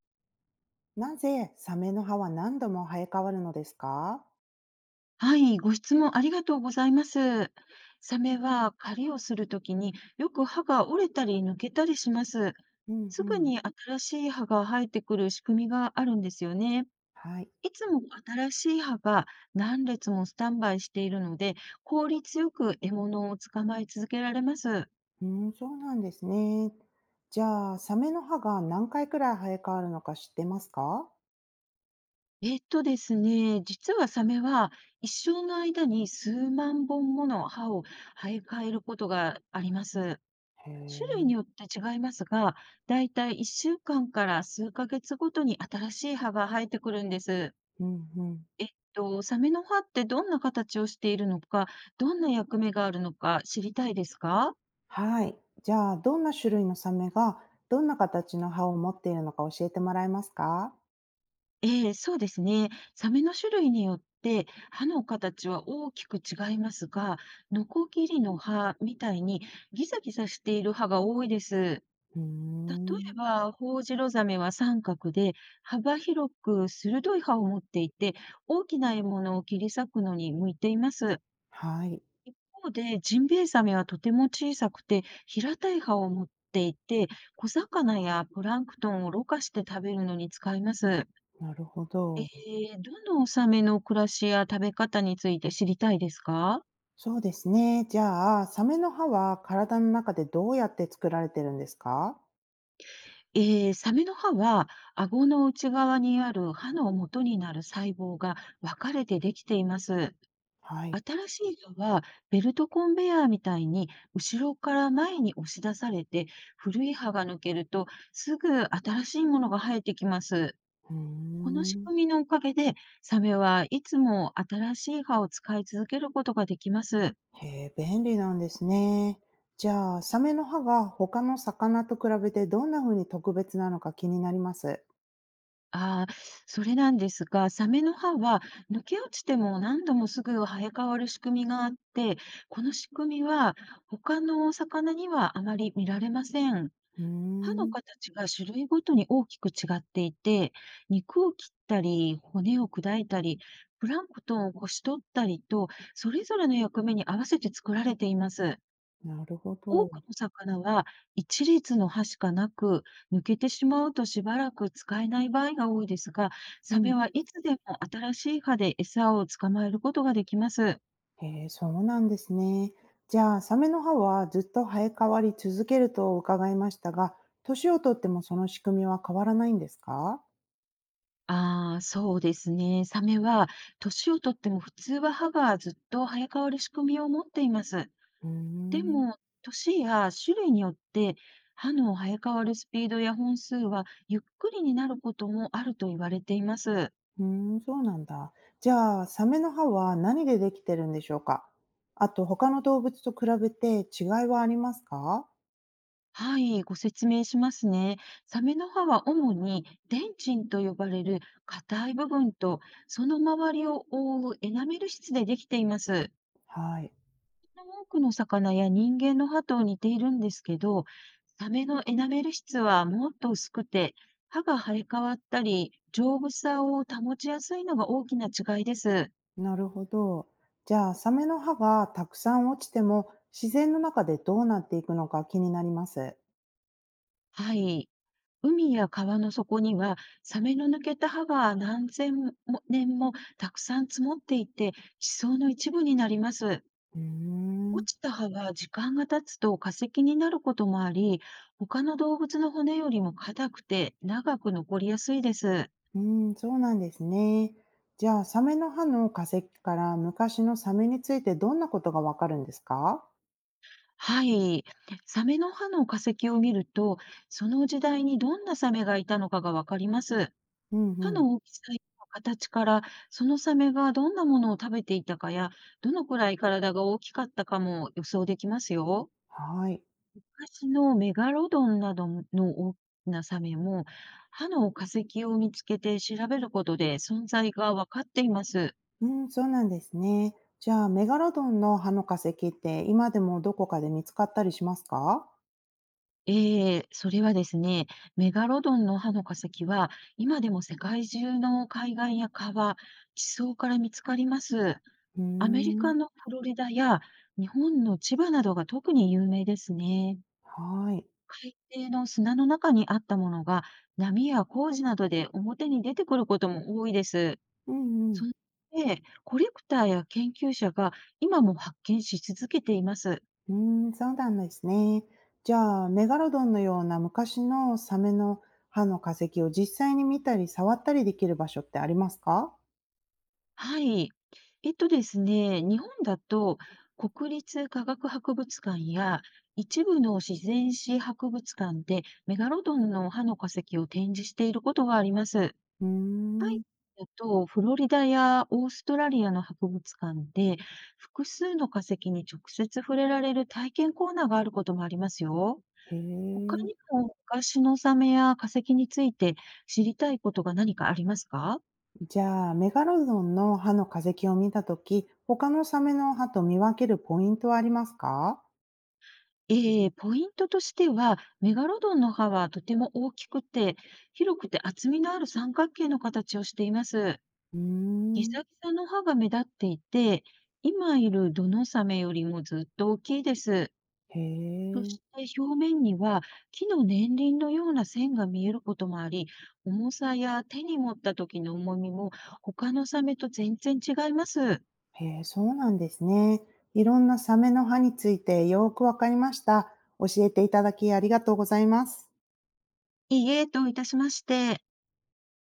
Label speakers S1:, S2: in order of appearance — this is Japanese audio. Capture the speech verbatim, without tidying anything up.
S1: なぜサメの歯は何度も生え変わるのですか？
S2: はい、ご質問ありがとうございます。サメは狩りをするときによく歯が折れたり抜けたりします。
S1: うんう
S2: すぐ
S1: ん。
S2: に新しい歯が生えてくる仕組みがあるんですよね。
S1: はい。
S2: いつも新しい歯が何列もスタンバイしているので、効率よく獲物を捕まえ続けられます。
S1: うん、そうなんですね。じゃあ、サメの歯が何回くらい生え変わるのか知ってますか？
S2: えっとですね、実はサメは一生の間に数万本もの歯を生え替えることがあります。種
S1: へ
S2: 類
S1: え。
S2: によって違いますが、だいたいいっしゅうかんかんから数ヶ月ごとに新しい葉が生えてくるんです。
S1: うんうん。
S2: えっと、サメの葉ってどんな形をしているのか、どんな役目があるのか知りたいですか？
S1: はい。じゃあ、どんな種類のサメがどんな形の歯を持っているのか教えてもらえますか？
S2: ええ、そうですね。サメの種類によって歯の形は大きく違いますが、ノコギリの歯みたいにギザギザしている歯が多いです。
S1: うー
S2: 例
S1: ん。
S2: えば、ホオジロザメは三角で、幅広く鋭い歯を持っていて、大きな獲物を切り裂くのに向いています。
S1: はい。
S2: 一方で、ジンベエザメはとても小さくて、平たい歯を持っていて、小魚やプランクトンをろ過して食べるのに使います。
S1: なるほ
S2: え
S1: ど。
S2: ー、どのサメの暮らしや食べ方について知りたいですか？
S1: そうですね。じゃあ、サメの歯は体の中でどうやって作られてるんですか？
S2: えー、サメの歯は、顎の内側にある歯の元になる細胞が分かれてできています。
S1: はい。
S2: 新しい糸はベルトコンベヤーみたいに後ろから前に押し出されて、古い歯が抜けるとすぐ新しいものが生えてきます。
S1: うー
S2: この仕
S1: ん。
S2: 組みのおかげでサメはいつも新しい歯を使い続けることができます。
S1: へえ、便利なんですね。じゃあ、サメの歯が他の魚と比べてどんな風に特別なのか気になります。
S2: ああ、それなんですが、サメの歯は抜け落ちても何度もすぐ生え変わる仕組みがあって、この仕組みは他のお魚にはあまり見られません。
S1: うー
S2: 歯の
S1: ん、
S2: 形が種類ごとに大きく違っていて、肉を切ったり、骨を砕いたり、プランクトンをこし取ったりと、それぞれの役目に合わせて作られています。
S1: なるほ
S2: 多
S1: ど。
S2: くの魚は一列の歯しかなく、抜けてしまうとしばらく使えない場合が多いですが、
S1: う
S2: サ
S1: ん。
S2: メはいつでも新しい歯で餌を捕まえることができます。
S1: へえ、そうなんですね。じゃあ、サメの歯はずっと生え変わり続けると伺いましたが、年をとってもその仕組みは変わらないんですか？
S2: ああ、そうですね。サメは、年をとっても普通は歯がずっと生え変わる仕組みを持っています。
S1: うー
S2: で
S1: ん、
S2: も、年や種類によって、歯の生え変わるスピードや本数はゆっくりになることもあると言われています。
S1: うーん、そうなんだ。じゃあ、サメの歯は何でできてるんでしょうか？あと、他の動物と比べて違いはありますか？
S2: はい、ご説明しますね。サメの歯は主にデンチンと呼ばれる硬い部分と、その周りを覆うエナメル質でできています。
S1: はい。
S2: 多くの魚や人間の歯と似ているんですけど、サメのエナメル質はもっと薄くて、歯が生え変わったり、丈夫さを保ちやすいのが大きな違いです。
S1: なるほど。じゃあ、サメの歯がたくさん落ちても、自然の中でどうなっていくのか気になります。
S2: はい。海や川の底には、サメの抜けた歯が何千も年もたくさん積もっていて、地層の一部になります。
S1: うーん、
S2: 落ちた歯は時間が経つと化石になることもあり、他の動物の骨よりも硬くて長く残りやすいです。
S1: うん、そうなんですね。じゃあ、サメの歯の化石から昔のサメについてどんなことがわかるんですか？
S2: はい。サメの歯の化石を見ると、その時代にどんなサメがいたのかがわかります。
S1: うん
S2: 歯
S1: うん。
S2: の大きさや形から、そのサメがどんなものを食べていたかや、どのくらい体が大きかったかも予想できますよ。
S1: はい。
S2: 昔のメガロドンなどの大きなサメも、歯の化石を見つけて調べることで存在がわかっています。
S1: うん、そうなんですね。じゃあ、メガロドンの歯の化石って今でもどこかで見つかったりしますか？
S2: ええ、それはですね、メガロドンの歯の化石は、今でも世界中の海岸や川、地層から見つかります。
S1: うー
S2: アメリカ
S1: ん。
S2: のフロリダや日本の千葉などが特に有名ですね。
S1: はい。
S2: 海底の砂の中にあったものが、波や工事などで表に出てくることも多いです。
S1: うんう
S2: そ
S1: ん。
S2: ので、コレクターや研究者が今も発見し続けています。
S1: うーん、そうなんですね。じゃあ、メガロドンのような昔のサメの歯の化石を実際に見たり触ったりできる場所ってありますか？
S2: はい。えっとですね、日本だと国立科学博物館や一部の自然史博物館でメガロドンの歯の化石を展示していることがあります。
S1: うー
S2: はい
S1: ん。
S2: だと、フロリダやオーストラリアの博物館で複数の化石に直接触れられる体験コーナーがあることもありますよ。
S1: へ
S2: 他
S1: え。
S2: にも昔のサメや化石について知りたいことが何かありますか？
S1: じゃあ、メガロドンの歯の化石を見たとき、他のサメの歯と見分けるポイントはありますか？
S2: ええ、ポイントとしては、メガロドンの歯はとても大きくて、広くて厚みのある三角形の形をしています。
S1: うー
S2: ギ
S1: ん。
S2: ザギザの歯が目立っていて、今いるドノサメよりもずっと大きいです。
S1: へ
S2: そ
S1: え。
S2: して表面には木の年輪のような線が見えることもあり、重さや手に持った時の重みも他のサメと全然違います。
S1: へえ、そうなんですね。いろんなサメの歯についてよーくわかりました。教えていただきありがとうございます。
S2: いいえ、どういたしまして。